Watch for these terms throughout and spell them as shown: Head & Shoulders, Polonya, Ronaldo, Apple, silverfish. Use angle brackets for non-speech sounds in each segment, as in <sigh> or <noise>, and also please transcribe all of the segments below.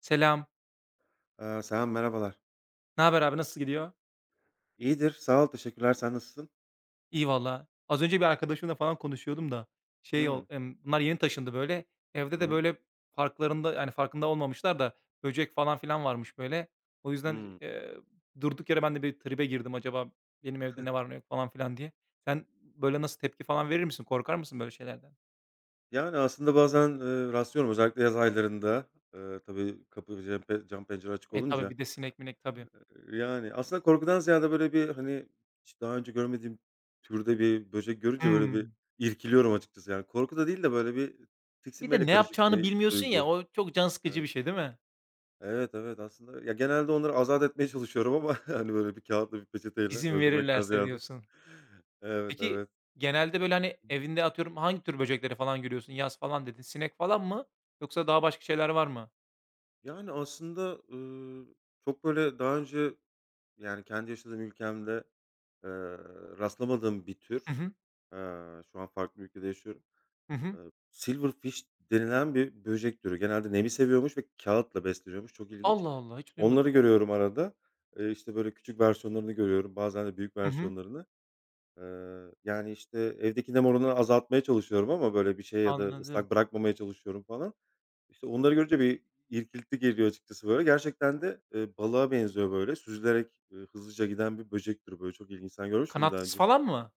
Selam. Selam, merhabalar. Ne haber abi, nasıl gidiyor? İyidir, sağ ol, teşekkürler. Sen nasılsın? İyi valla. Az önce bir arkadaşımla falan konuşuyordum da şey ol Hımm. Bunlar yeni taşındı böyle. Evde Hı de hı. böyle yani, farkında olmamışlar da böcek falan filan varmış böyle. O yüzden, Hımm. Durduk yere ben de bir tribe girdim. Acaba benim evde ne var ne yok falan filan diye. Sen böyle nasıl tepki falan verir misin? Korkar mısın böyle şeylerden? Yani, aslında bazen, rastlıyorum özellikle yaz aylarında. Tabii kapı ve cam pe cam pencere açık E, tabi olunca. bir de sinek minek tabi. Yani, aslında korkudan ziyade böyle bir, hani, hiç daha önce görmediğim türde bir böcek görünce böyle bir Hımm. irkiliyorum açıkçası. Yani, korku da değil de böyle bir Bir tiksinmeyle de ne karışık yapacağını bir bilmiyorsun ya, duygu. o çok can sıkıcı Evet. bir şey değil mi? Evet, evet, aslında ya, genelde onları azat etmeye çalışıyorum ama, <laughs> hani, böyle bir kâğıtla, bir peçeteyle İzin öldürmekten verirlerse ziyade. diyorsun. Evet, Peki, evet. genelde, böyle, hani, evinde atıyorum hangi tür böcekleri falan görüyorsun? "Yaz" falan dedin. Sinek falan mı yoksa daha başka şeyler var mı? Yani, aslında, çok, böyle, daha önce, yani, kendi yaşadığım ülkemde, eee, rastlamadığım bir tür. Hı hı. Şu an farklı bir ülkede yaşıyorum. Hı hı. Eee, Silverfish denilen bir böcek türü. Genelde nemi seviyormuş ve kağıtla besleniyormuş. Çok ilginç. Allah Allah, hiç duymadım Onları ya. görüyorum arada. İşte, böyle, küçük versiyonlarını görüyorum. Bazen de büyük Hı hı. versiyonlarını. Yani, işte, evdeki nem oranını azaltmaya çalışıyorum ama, böyle, bir şey ya da Anladım. ıslak bırakmamaya çalışıyorum falan. İşte, onları görünce bir irkilti geliyor açıkçası böyle. Gerçekten de, balığa benziyor böyle. Süzülerek, hızlıca giden bir böcek türü böyle. Çok ilginç. Sen görmüş müydün daha Kanatsız önce? falan mı?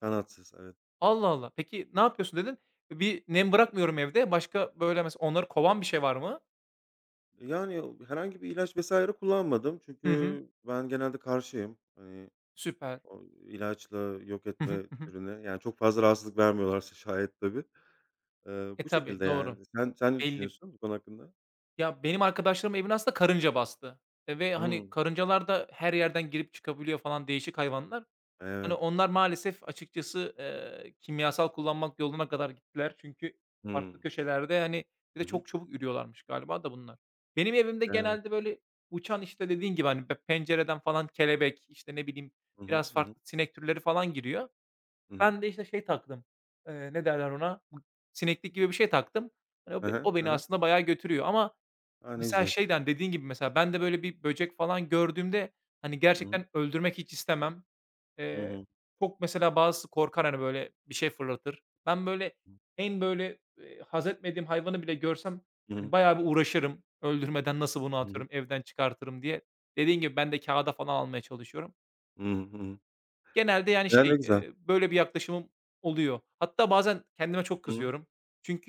Kanatsız, evet. Allah Allah. Peki, ne yapıyorsun dedin? Bir nem bırakmıyorum evde. Başka, böyle, mesela onları kovan bir şey var mı? E, yani, o herhangi bir ilaç vs. kullanmadım. Hı hı. Çünkü ben genelde karşıyım. Hani, Süper. o ilaçla yok Hı hı. etme Hı hı. türüne. Yani, çok fazla rahatsızlık vermiyorlarsa <laughs> şayet tabii. E, Bu şekilde tabii, yani. doğru. Sen ne Belli. düşünüyorsun bu konu hakkında? Ya, benim arkadaşlarım evini aslında karınca bastı, ve, hani, Hımm. karıncalar da her yerden girip çıkabiliyor falan değişik hayvanlar. Hani, Evet. onlar maalesef açıkçası, kimyasal kullanmak yoluna kadar gittiler. Çünkü farklı Hımm. köşelerde, hani, bir Hı de hı. çok çabuk ürüyorlarmış galiba da bunlar. Benim evimde Evet. genelde böyle uçan, işte, dediğin gibi, hani, pencereden falan kelebek, işte, ne bileyim, Hı hı. biraz Hı hı. farklı sinek türleri falan giriyor. Hı hı. Ben de, işte, şey taktım, ne derler ona? Bu sineklik gibi bir şey taktım. Hani, Hı hı. o Hı beni hı. aslında bayağı götürüyor ama A, ne mesela güzel. şeyden, dediğin gibi mesela ben de böyle bir böcek falan gördüğümde, hani, Hı hı. gerçekten öldürmek hiç istemem. Hı Eee, hı. Çok mesela bazısı korkar, hani, böyle, bir şey fırlatır. Ben, böyle, Hı en, böyle, haz etmediğim hayvanı bile görsem, hani, hı. bayağı bir uğraşırım. Öldürmeden nasıl bunu Hı hı. atıyorum, evden çıkartırım diye. Dediğin gibi ben de kâğıda falan almaya çalışıyorum. Hı hı. Genelde, yani, Ya, şey, ne güzel. Böyle bir yaklaşımım oluyor. Hatta bazen kendime çok Hı hı. kızıyorum.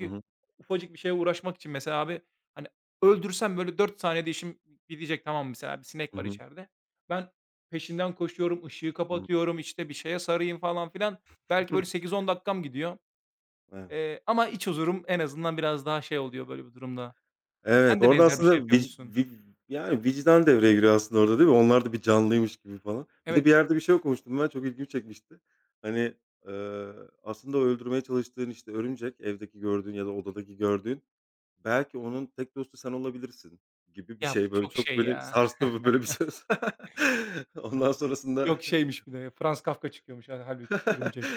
Hı hı. ufacık bir şeye uğraşmak için mesela abi, hani, Hı hı. öldürsem böyle 4 saniyede işim bitecek, tamam mı? Mesela bir Hı sinek var hı. içeride. Ben peşinden koşuyorum, ışığı Hı. kapatıyorum, işte, bir şeye sarayım falan filan. Belki böyle <laughs> 8-10 dakikam gidiyor, Evet. Ama iç huzurum en azından biraz daha şey oluyor böyle bir durumda. Evet, Sen de orada benzer bir şey aslında vic yapıyormuşsun. vi yani, vicdan devreye giriyor aslında orada değil mi? Onlar da bir canlıymış gibi falan. Bir de Evet. bir yerde bir şey okumuştum ben, çok ilgimi çekmişti. Hani, eee, aslında o öldürmeye çalıştığın, işte, örümcek, evdeki gördüğün ya da odadaki gördüğün, belki onun tek dostu sen olabilirsin gibi bir Ya, bu şey. Böyle çok çok şey beni ya. <laughs> sarstı bu böyle bir söz. <laughs> Ondan sonrasında Yok, şeymiş bir de, Franz Kafka çıkıyormuş hâlbuki, <laughs> örümcek.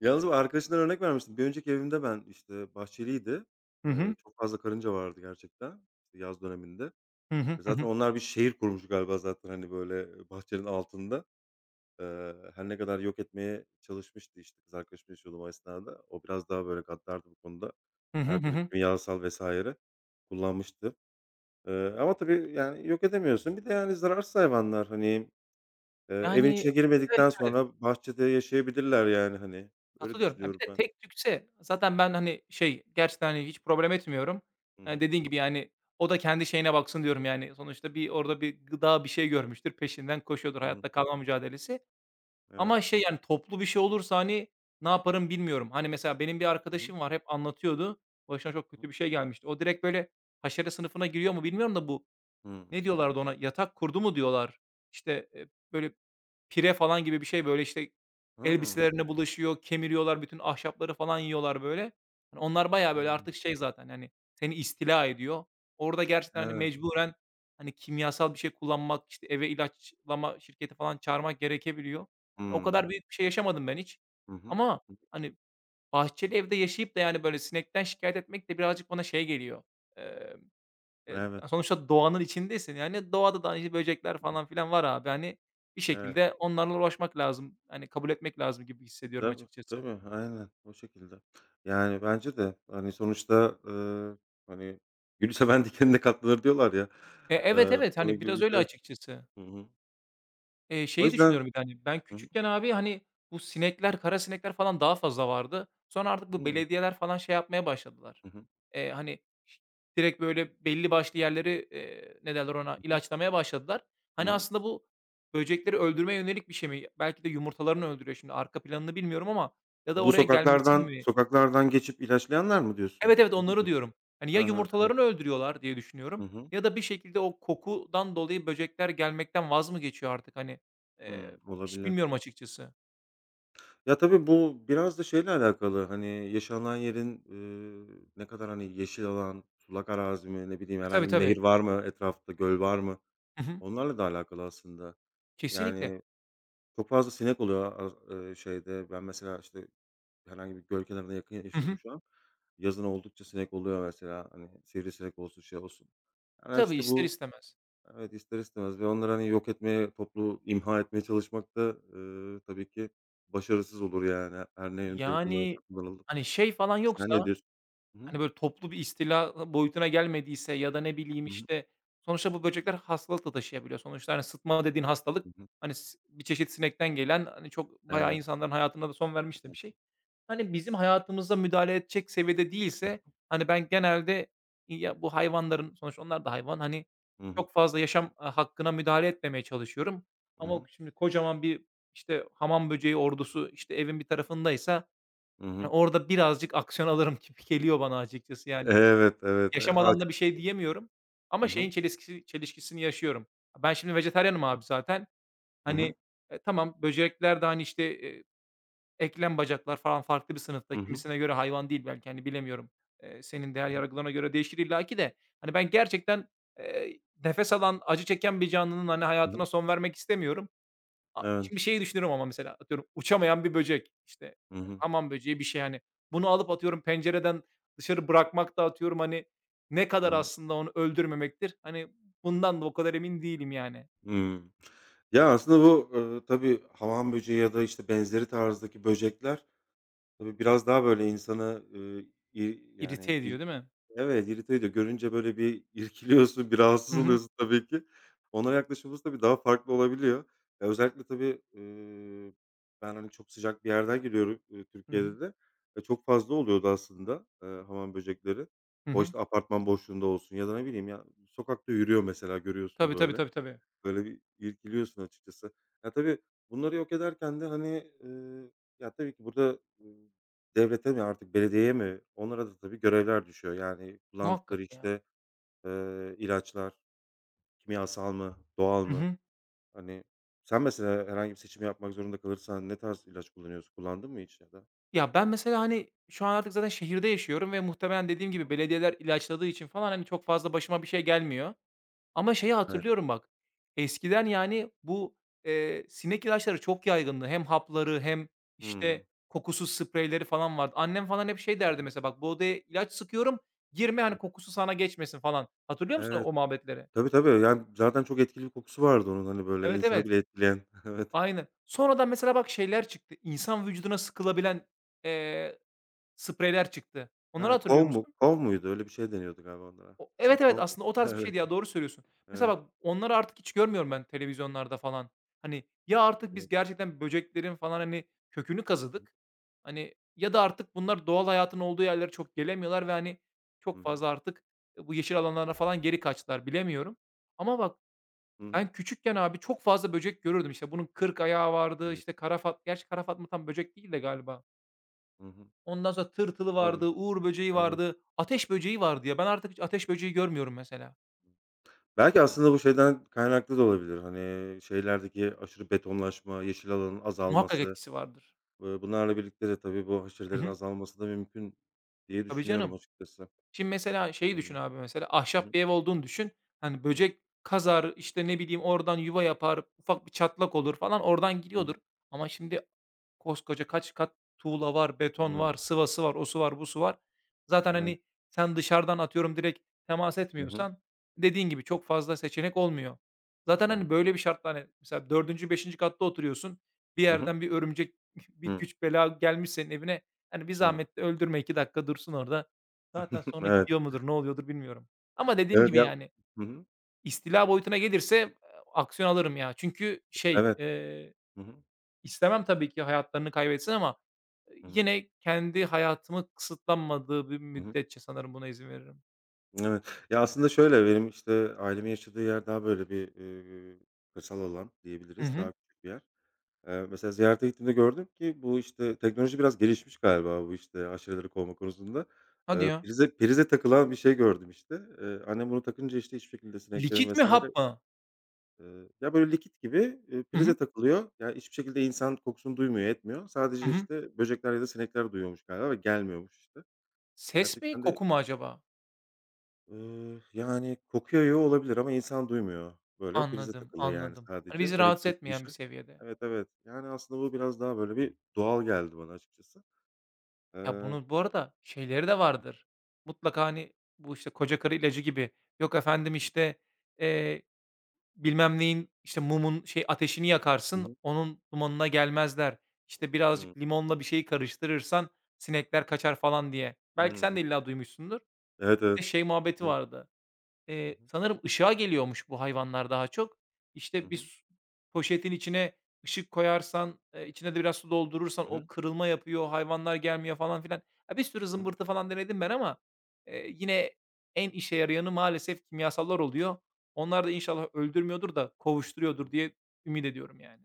yalnız bu arkadaşından örnek vermiştin. Bir önceki evimde ben, işte, bahçeliydi. Hı hı. Çok fazla karınca vardı gerçekten, işte, yaz döneminde. Hı hı. E, Hı zaten hı. onlar bir şehir kurmuş galiba zaten, hani, böyle, bahçenin altında. Her ne kadar yok etmeye çalışmıştı, işte, kız arkadaşımla yaşıyordum o esnada. O biraz daha, böyle, gaddardı bu konuda. Hı hı. Her Hı türlü hı. kimyasal vesaire kullanmıştı. Ama tabii, yani, yok edemiyorsun. Bir de, yani, zararsız hayvanlar. Hani evin Yani, içine evet, girmedikten evet, sonra bahçede yaşayabilirler yani, hani. Öyle katılıyorum. Ya, düşünüyorum bir de ben. tek tükse zaten ben, hani, şey, gerçekten, hani, hiç problem etmiyorum. Hı hı. Dediğin gibi, yani, o da kendi şeyine baksın diyorum, yani. Sonuçta bir orada bir gıda, bir şey görmüştür, peşinden koşuyordur, Hı hı. hayatta kalma mücadelesi. Evet. Ama şey, yani, toplu bir şey olursa, hani, ne yaparım bilmiyorum. Hani, mesela benim bir Hı hı. arkadaşım var, hep anlatıyordu. Başına çok Hı. kötü bir şey gelmişti. O direkt, böyle, haşere sınıfına giriyor mu bilmiyorum da bu Hıı. ne diyorlardı ona? Yatak kurdu mu diyorlar? İşte, böyle pire falan gibi bir şey, böyle, işte, Hıı. elbiselerine bulaşıyor, kemiriyorlar, bütün ahşapları falan yiyorlar, böyle. Hani, onlar bayağı, böyle, artık şey zaten, hani, seni istila ediyor. Orada gerçekten, hani, Evet. mecburen, hani, kimyasal bir şey kullanmak, işte, eve ilaçlama şirketi falan çağırmak gerekebiliyor. Hani, o Hımm. kadar büyük bir şey yaşamadım ben hiç Hı hı. ama, Hı hı. hani, bahçeli evde yaşayıp da, yani, böyle, sinekten şikayet etmek de birazcık bana şey geliyor. Eee, Evet. Sonuçta doğanın içindesin. Yani, doğada da, hani, böcekler Hı hı. falan filan var abi. Hani, bir Evet. şekilde onlarla uğraşmak lazım. Hani, kabul etmek lazım gibi hissediyorum Tabii, açıkçası. tabii. Aynen o şekilde. Yani, bence de, hani, sonuçta, hani, "Gülü seven dikenine katlanır." diyorlar ya. E, Eee, evet, evet. Ona Hani, göre biraz işte. öyle açıkçası. Hı hı. O Şeyi yüzden. düşünüyorum bir de, hani, ben Hı hı. küçükken abi, hani, bu sinekler, kara sinekler falan daha fazla vardı. Sonra artık bu Hıı. belediyeler falan şey yapmaya başladılar. Hı hı. Hani, ş direkt böyle belli başlı yerleri, ne derler ona, Hı hı. ilaçlamaya başladılar. Hı Hani, hı. aslında bu böcekleri öldürmeye yönelik bir şey mi? Belki de yumurtalarını öldürüyor, şimdi arka planını bilmiyorum ama, ya da Bu oraya gelmesini sokaklardan mi? sokaklardan geçip ilaçlayanlar mı diyorsun? Evet, evet, Onu mu onları diyorsun? diyorum. Hani, He ya he, evet. yumurtalarını öldürüyorlar diye Hı düşünüyorum hı. ya da bir şekilde o kokudan dolayı böcekler gelmekten vaz mı geçiyor artık, hani, eee, Hımm, hiç olabilir. bilmiyorum açıkçası. Ya, tabii bu biraz da şeyle alakalı, hani, yaşanan yerin, ne kadar, hani, yeşil alan, sulak arazi mi, ne bileyim, E, tabii, herhangi bir nehir tabii. var mı etrafta, göl var mı? Hı hı. Onlarla da alakalı aslında. Kesinlikle. Yani, çok fazla sinek oluyor az şeyde. Ben mesela, işte, herhangi bir göl kenarına yakın Hı yaşıyorum hı. şu an. Yazın oldukça sinek oluyor mesela, hani, sivrisinek olsun, şey olsun. E, Ama, tabii, işte, ister bu istemez. evet, ister istemez ve onları, hani, yok etmeye, toplu imha etmeye çalışmak da, tabii ki başarısız olur yani her ne yöntemi Yani, kullanırsak kullanalım. hani, şey falan Sen ne yoksa. diyorsun? Hı hı. Hani, böyle, toplu bir istila boyutuna gelmediyse ya da ne bileyim, Hı hı. işte, sonuçta bu böcekler hastalık da taşıyabiliyor. Sonuçta, hani, sıtma dediğin hastalık, Hı hı. hani, bir çeşit sinekten gelen, hani, çok bayağı Evet. insanların hayatına da son vermiş Hı de hı. bir şey. Hani, bizim hayatımıza müdahale edecek seviyede değilse, hani, ben genelde ya, bu hayvanların sonuçta onlar da hayvan, hani, Hı hı. çok fazla yaşam, hakkına müdahale etmemeye çalışıyorum. Hı Ama hı. şimdi kocaman bir, işte, hamam böceği ordusu, işte, evin bir tarafındaysa, hani, Hı orada birazcık aksiyon alırım gibi geliyor bana açıkçası yani. evet, evet. Yaşamadan da bir şey diyemiyorum ama hı şeyin hı. Çelişkisini yaşıyorum. Ben şimdi vejetaryenim abi zaten. Hı Hani, hı. e, tamam böcekler de, hani, işte, eklem bacaklar falan farklı bir sınıfta. Hı hı. Kimisine göre hayvan değil belki, hani, bilemiyorum. Senin değer Hı hı. yargılarına göre değişir illaki de. Hani, ben gerçekten, eee, nefes alan, acı çeken bir canlının, hani, Hı hı. hayatına son vermek istemiyorum. A, Evet. şimdi şeyi düşünüyorum ama mesela atıyorum uçamayan bir böcek, işte, Hı hı. hamam böceği bir şey, hani, bunu alıp atıyorum pencereden dışarı bırakmak da atıyorum, hani, ne Hı kadar hı. aslında onu öldürmemektir. Hani, bundan da o kadar emin değilim yani. Hımm. Ya, aslında bu, tabii hamam böceği ya da, işte, benzeri tarzdaki böcekler, tabii biraz daha, böyle, insanı, i İrite yani, ediyor il değil mi? evet, irite ediyor. Görünce böyle bir irkiliyorsun, bir Hı rahatsız hı. oluyorsun tabii ki. Onlara yaklaşımımız tabii daha farklı olabiliyor. Ya, özellikle tabii, ben, hani, çok sıcak bir yerden geliyorum, Hı hı. Türkiye'de de. E, çok fazla oluyordu aslında, hamam böcekleri. Hı O, hı. işte, apartman boşluğunda olsun ya da ne bileyim ya, sokakta yürüyor mesela görüyorsun Tabii, tabii, böyle. tabii, tabii. Böyle bir irkiliyorsun açıkçası. Ya, tabii bunları yok ederken de, hani, ya, tabii ki burada, devlete mi artık belediyeye mi onlara da tabii görevler düşüyor. Yani Muhakkak kullandıkları, ya. işte, ilaçlar kimyasal mı, doğal Hı mı? hı. Hani, sen mesela herhangi bir seçim yapmak zorunda kalırsan ne tarz ilaç kullanıyorsun? Kullandın mı hiç ya da? Ya, ben mesela, hani, şu an artık zaten şehirde yaşıyorum ve muhtemelen dediğim gibi belediyeler ilaçladığı için falan, hani, çok fazla başıma bir şey gelmiyor. Ama şeyi Evet. hatırlıyorum bak, eskiden yani bu, sinek ilaçları çok yaygındı. Hem hapları hem, Hımm. işte, kokusuz spreyleri falan vardı. Annem falan hep şey Hı derdi hı. mesela, "Bak, bu odaya ilaç sıkıyorum, girme, Hı. hani, kokusu sana geçmesin." falan. Hatırlıyor musun Evet. o muhabbetleri? Tabii, tabii. Yani zaten çok etkili bir kokusu vardı onun, hani, böyle Evet, insanı evet. bile etkileyen. <laughs> Evet. Aynen. Sonradan mesela bak şeyler çıktı. İnsan vücuduna sıkılabilen, eee, spreyler çıktı. Ha, Onları kov hatırlıyor mu? musun? Kov muydu? Öyle bir şey deniyordu galiba onlara. Evet, evet, Sinkov mu? aslında o <laughs> tarz bir şeydi Evet. ya, doğru söylüyorsun. Evet. Mesela bak, onları artık hiç görmüyorum ben televizyonlarda falan. Hani, ya artık Evet. biz gerçekten böceklerin falan, hani, kökünü kazıdık, hani, ya da artık bunlar doğal hayatın olduğu yerlere çok gelemiyorlar ve, hani, Hı çok hı. fazla artık, bu yeşil alanlara falan geri kaçtılar, bilemiyorum. Ama bak, Hı hı. ben küçükken abi çok fazla böcek görürdüm. İşte bunun 40 ayağı vardı, Evet. işte kara fat gerçi kara fatma tam böcek değil de galiba. Hı hı. Ondan sonra tırtılı Olabilir. vardı, uğur böceği Evet. vardı, ateş böceği vardı ya. Ben artık hiç ateş böceği görmüyorum mesela. Belki aslında bu şeyden kaynaklı da olabilir. Hani, şehirlerdeki aşırı betonlaşma, yeşil alanın Muhakkak azalması, etkisi vardır. Bunlarla birlikte de tabii bu Hı haşerelerin hı. azalması da mümkün diye Tabii düşünüyorum canım. açıkçası. Şimdi mesela şeyi Yani. düşün abi, mesela Hı hı. ahşap bir ev olduğunu düşün. Hani Hı böcek kazar, işte, ne bileyim, oradan yuva yapar, ufak bir çatlak olur falan, oradan hı. gidiyordur. Ama şimdi koskoca kaç kat tuğla var, beton var, Hı sıvası var, osu var, busu var. Zaten, evet. hani, sen dışarıdan atıyorum direkt temas Hı. etmiyorsan, dediğin gibi çok fazla seçenek olmuyor. Zaten, Hı hı. hani, böyle bir şartla, hani, mesela dördüncü beşinci katta oturuyorsun. Bir Hı hı. yerden bir örümcek, <laughs> bir Hı. güç bela gelmiş senin evine. Hani, bir Hı. zahmet de öldürme, 2 dakika dursun orada. Zaten <laughs> sonra Evet. gidiyor mudur, ne oluyordur bilmiyorum. Ama dediğim Evet gibi, ya. yani, Hı hı. istila boyutuna gelirse, aksiyon alırım ya. Çünkü şey, Evet. Hı hı. İstemem tabii ki hayatlarını kaybetsin ama, Hı hı. yine kendi hayatımı kısıtlanmadığı bir Hı hı. müddetçe sanırım buna izin veririm. Evet. Ya, aslında şöyle, benim, işte, ailemin yaşadığı yer daha böyle bir, kırsal alan Hı diyebiliriz. hı. Daha küçük bir yer. Mesela ziyarete gittiğimde gördüm ki bu, işte, teknoloji biraz gelişmiş galiba bu, işte, aşireleri kovma konusunda. Hadi ya. Prize takılan bir şey gördüm, işte. Annem bunu takınca, işte, hiçbir şekilde sineklerin Likit mi, vesaire hap mı? eee, ya, böyle likit gibi, Hı prize hı. takılıyor. Ya, hiçbir şekilde insan kokusunu duymuyor, etmiyor. Sadece, Hı hı. işte, böcekler ya da sinekler duyuyormuş galiba ve gelmiyormuş, işte. Ses mi, Gerçekten de koku mu acaba? Yani, koku yayıyor olabilir ama insan duymuyor. Böyle prize Anladım, takılı, yani, anladım. Hani, sadece bizi rahatsız elektrikli bir etmeyen bir şey. seviyede. Evet, evet. Yani, aslında bu biraz daha böyle bir doğal geldi bana açıkçası. Ya, Eee bunu bu arada şeyleri de vardır. Mutlaka, hani, bu, işte, koca karı ilacı gibi, yok efendim, Hı hı. işte, bilmem neyin, işte, mumun, şey, ateşini Hı yakarsın, hı. onun dumanına gelmezler. İşte, Hıı. birazcık limonla bir şey karıştırırsan sinekler kaçar falan diye. Belki sen Hıı. de illa duymuşsundur. Evet, evet. Bir de şey muhabbeti Evet. vardı. Hı hı. Sanırım ışığa geliyormuş bu hayvanlar daha çok. Hı İşte, bir hı. su poşetin içine ışık koyarsan, içine de biraz su doldurursan Hı o hı. kırılma yapıyor, hayvanlar gelmiyor falan filan. Ya, bir sürü Hı hı. zımbırtı falan denedim ben ama, yine en işe yarayanı maalesef kimyasallar oluyor. Onlar da inşallah öldürmüyordur da Hı hı. kovuşturuyordur diye ümit ediyorum yani.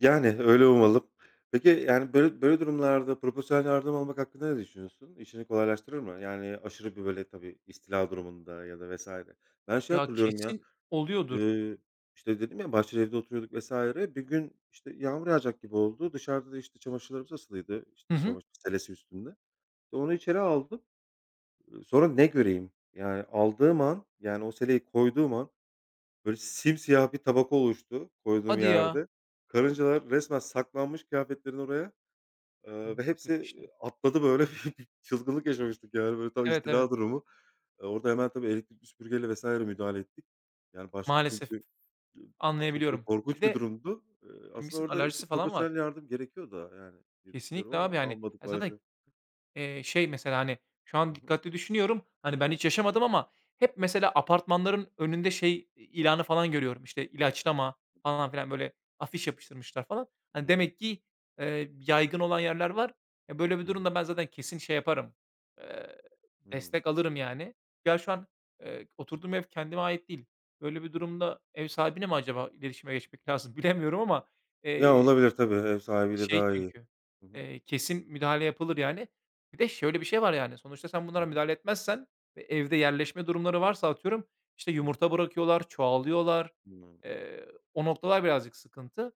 Yani, öyle umalım. Peki, yani, böyle böyle durumlarda profesyonel yardım almak hakkında ne düşünüyorsun? İşini kolaylaştırır mı? Yani, aşırı bir, böyle, tabii istila durumunda ya da vs. Ben şeyi Ya, hatırlıyorum ya kesin oluyordur. Eee, işte, dedim ya, bahçeli evde oturuyorduk vs. Bir gün, işte, yağmur yağacak gibi oldu. Dışarıda da, işte, çamaşırlarımız asılıydı, Hı işte, hı. çamaşır selesi üstünde. İşte, onu içeri aldım. Sonra ne göreyim, yani, aldığım an, yani, o seleyi koyduğum an, böyle, simsiyah bir tabaka oluştu koyduğum Hadi ya! yerde. Karıncalar resmen saklanmış kıyafetlerin oraya, Hı, ve çok hepsi, kötü işte. Atladı, böyle, <laughs> bir çılgınlık yaşamıştık, yani, böyle, tam Evet, evet. istila durumu. Orada hemen tabii elektrikli süpürgeyle vesaire müdahale ettik. Yani, başka Maalesef çünkü çok böyle anlayabiliyorum. Bir korkunç bir de durumdu. Aslında kimisinin orada, işte, alerjisi falan var. profesyonel yardım gerekiyor da yani diye düşünüyorum Kesinlikle ama abi, yani almadık ya, zaten, maalesef. Şey mesela, hani, şu Hı an hı. dikkatli düşünüyorum, hani, ben hiç yaşamadım ama hep mesela apartmanların önünde şey, ilanı falan görüyorum, işte, ilaçlama falan filan, böyle, afiş yapıştırmışlar falan. Hı Hani, hı. demek ki, yaygın olan yerler var. E, böyle bir Hı hı. durumda ben zaten kesin şey yaparım, eee, Hımm. destek alırım yani. Ya, şu an, oturduğum ev kendime ait değil. Böyle bir durumda ev sahibine mi acaba iletişime geçmek <laughs> lazım bilemiyorum ama, Ya, eee olabilir tabii. Ev sahibiyle şey daha iyi. çünkü, Hı hı. Kesin müdahale yapılır yani. Bir de şöyle bir şey var yani, sonuçta sen Hı bunlara hı. müdahale etmezsen ve evde yerleşme durumları varsa atıyorum, işte, Hı hı. yumurta bırakıyorlar, çoğalıyorlar. Hımm. Eee, O noktalar birazcık sıkıntı.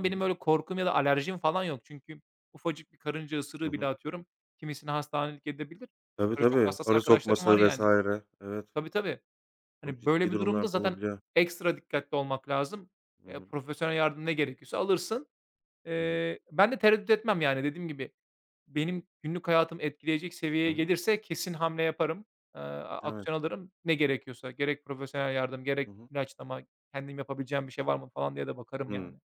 Hı benim hı. öyle korkum ya da alerjim falan yok. Çünkü ufacık bir karınca Hı ısırığı bile hı. atıyorum kimisini hastanelik edebilir. Tabii, Böyle çok tabii. hassas Arı arkadaşlarım var sokması yani. vs. Evet, Tabii, tabii. çok Hani, böyle ciddi bir durumda durumlar da zaten olabiliyor. ekstra dikkatli olmak lazım. Hı hı. Profesyonel yardım ne gerekiyorsa alırsın. Hı hı. Ben de tereddüt etmem yani dediğim gibi. Benim günlük hayatımı etkileyecek Hı seviyeye hı. gelirse kesin hamle yaparım. A Evet. Aksiyon alırım. Ne gerekiyorsa gerek profesyonel yardım Hı gerek hı. ilaçlama, kendim yapabileceğim bir şey var mı falan diye de bakarım yani. Hımm.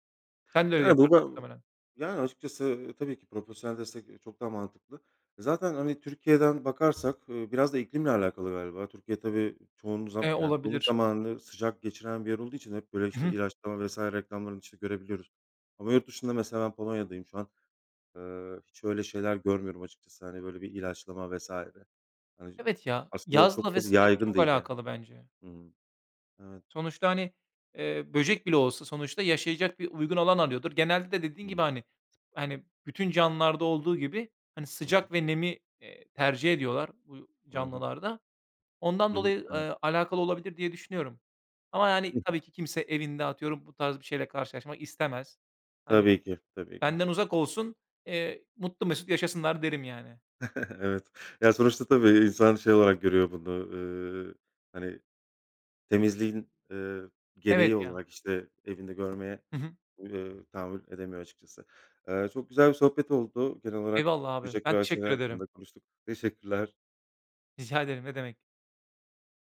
Sen de öyle Yani, bu yaparsın ba muhtemelen. yani, açıkçası tabii ki profesyonel destek, çok daha mantıklı. Zaten, hani, Türkiye'den bakarsak, biraz da iklimle alakalı galiba. Türkiye tabii çoğunluğu yani, çoğunluk Olabilir. zamanını sıcak geçiren bir yer olduğu için hep böyle, Hı işte, hı. ilaçlama vesaire reklamlarını, işte, görebiliyoruz. Ama yurt dışında mesela ben Polonya'dayım şu an. Hiç öyle şeyler görmüyorum açıkçası. Hani, böyle bir ilaçlama vesaire. Hani, Evet ya, aslında çok yazla ve fazla sıcak yaygın çok değil yani. alakalı bence. Hı hı. Evet. Sonuçta, hani, böcek bile olsa sonuçta yaşayacak bir uygun alan arıyordur. Genelde de dediğin Hı gibi, hı. hani, bütün canlılarda olduğu gibi, hani, Hı hı. sıcak ve nemi, tercih ediyorlar bu Hı hı. canlılarda. Ondan dolayı, Evet. Alakalı olabilir diye düşünüyorum. Ama, yani, tabii <laughs> ki kimse evinde, atıyorum, bu tarz bir şeyle karşılaşmak istemez. Hani, Tabii ki, tabii ki. benden uzak olsun, mutlu mesut yaşasınlar derim, yani. <laughs> Evet. Ya, sonuçta tabii insan şey olarak görüyor bunu, eee, hani, temizliğin, Evet gereği ya. olarak, işte, evinde görmeye, Hı hı. Tahammül edemiyor açıkçası. Çok güzel bir sohbet oldu. Genel olarak Eyvallah abi. böcek Ben ve aşure teşekkür ederim. hakkında konuştuk. Teşekkürler. Rica ederim, ne demek.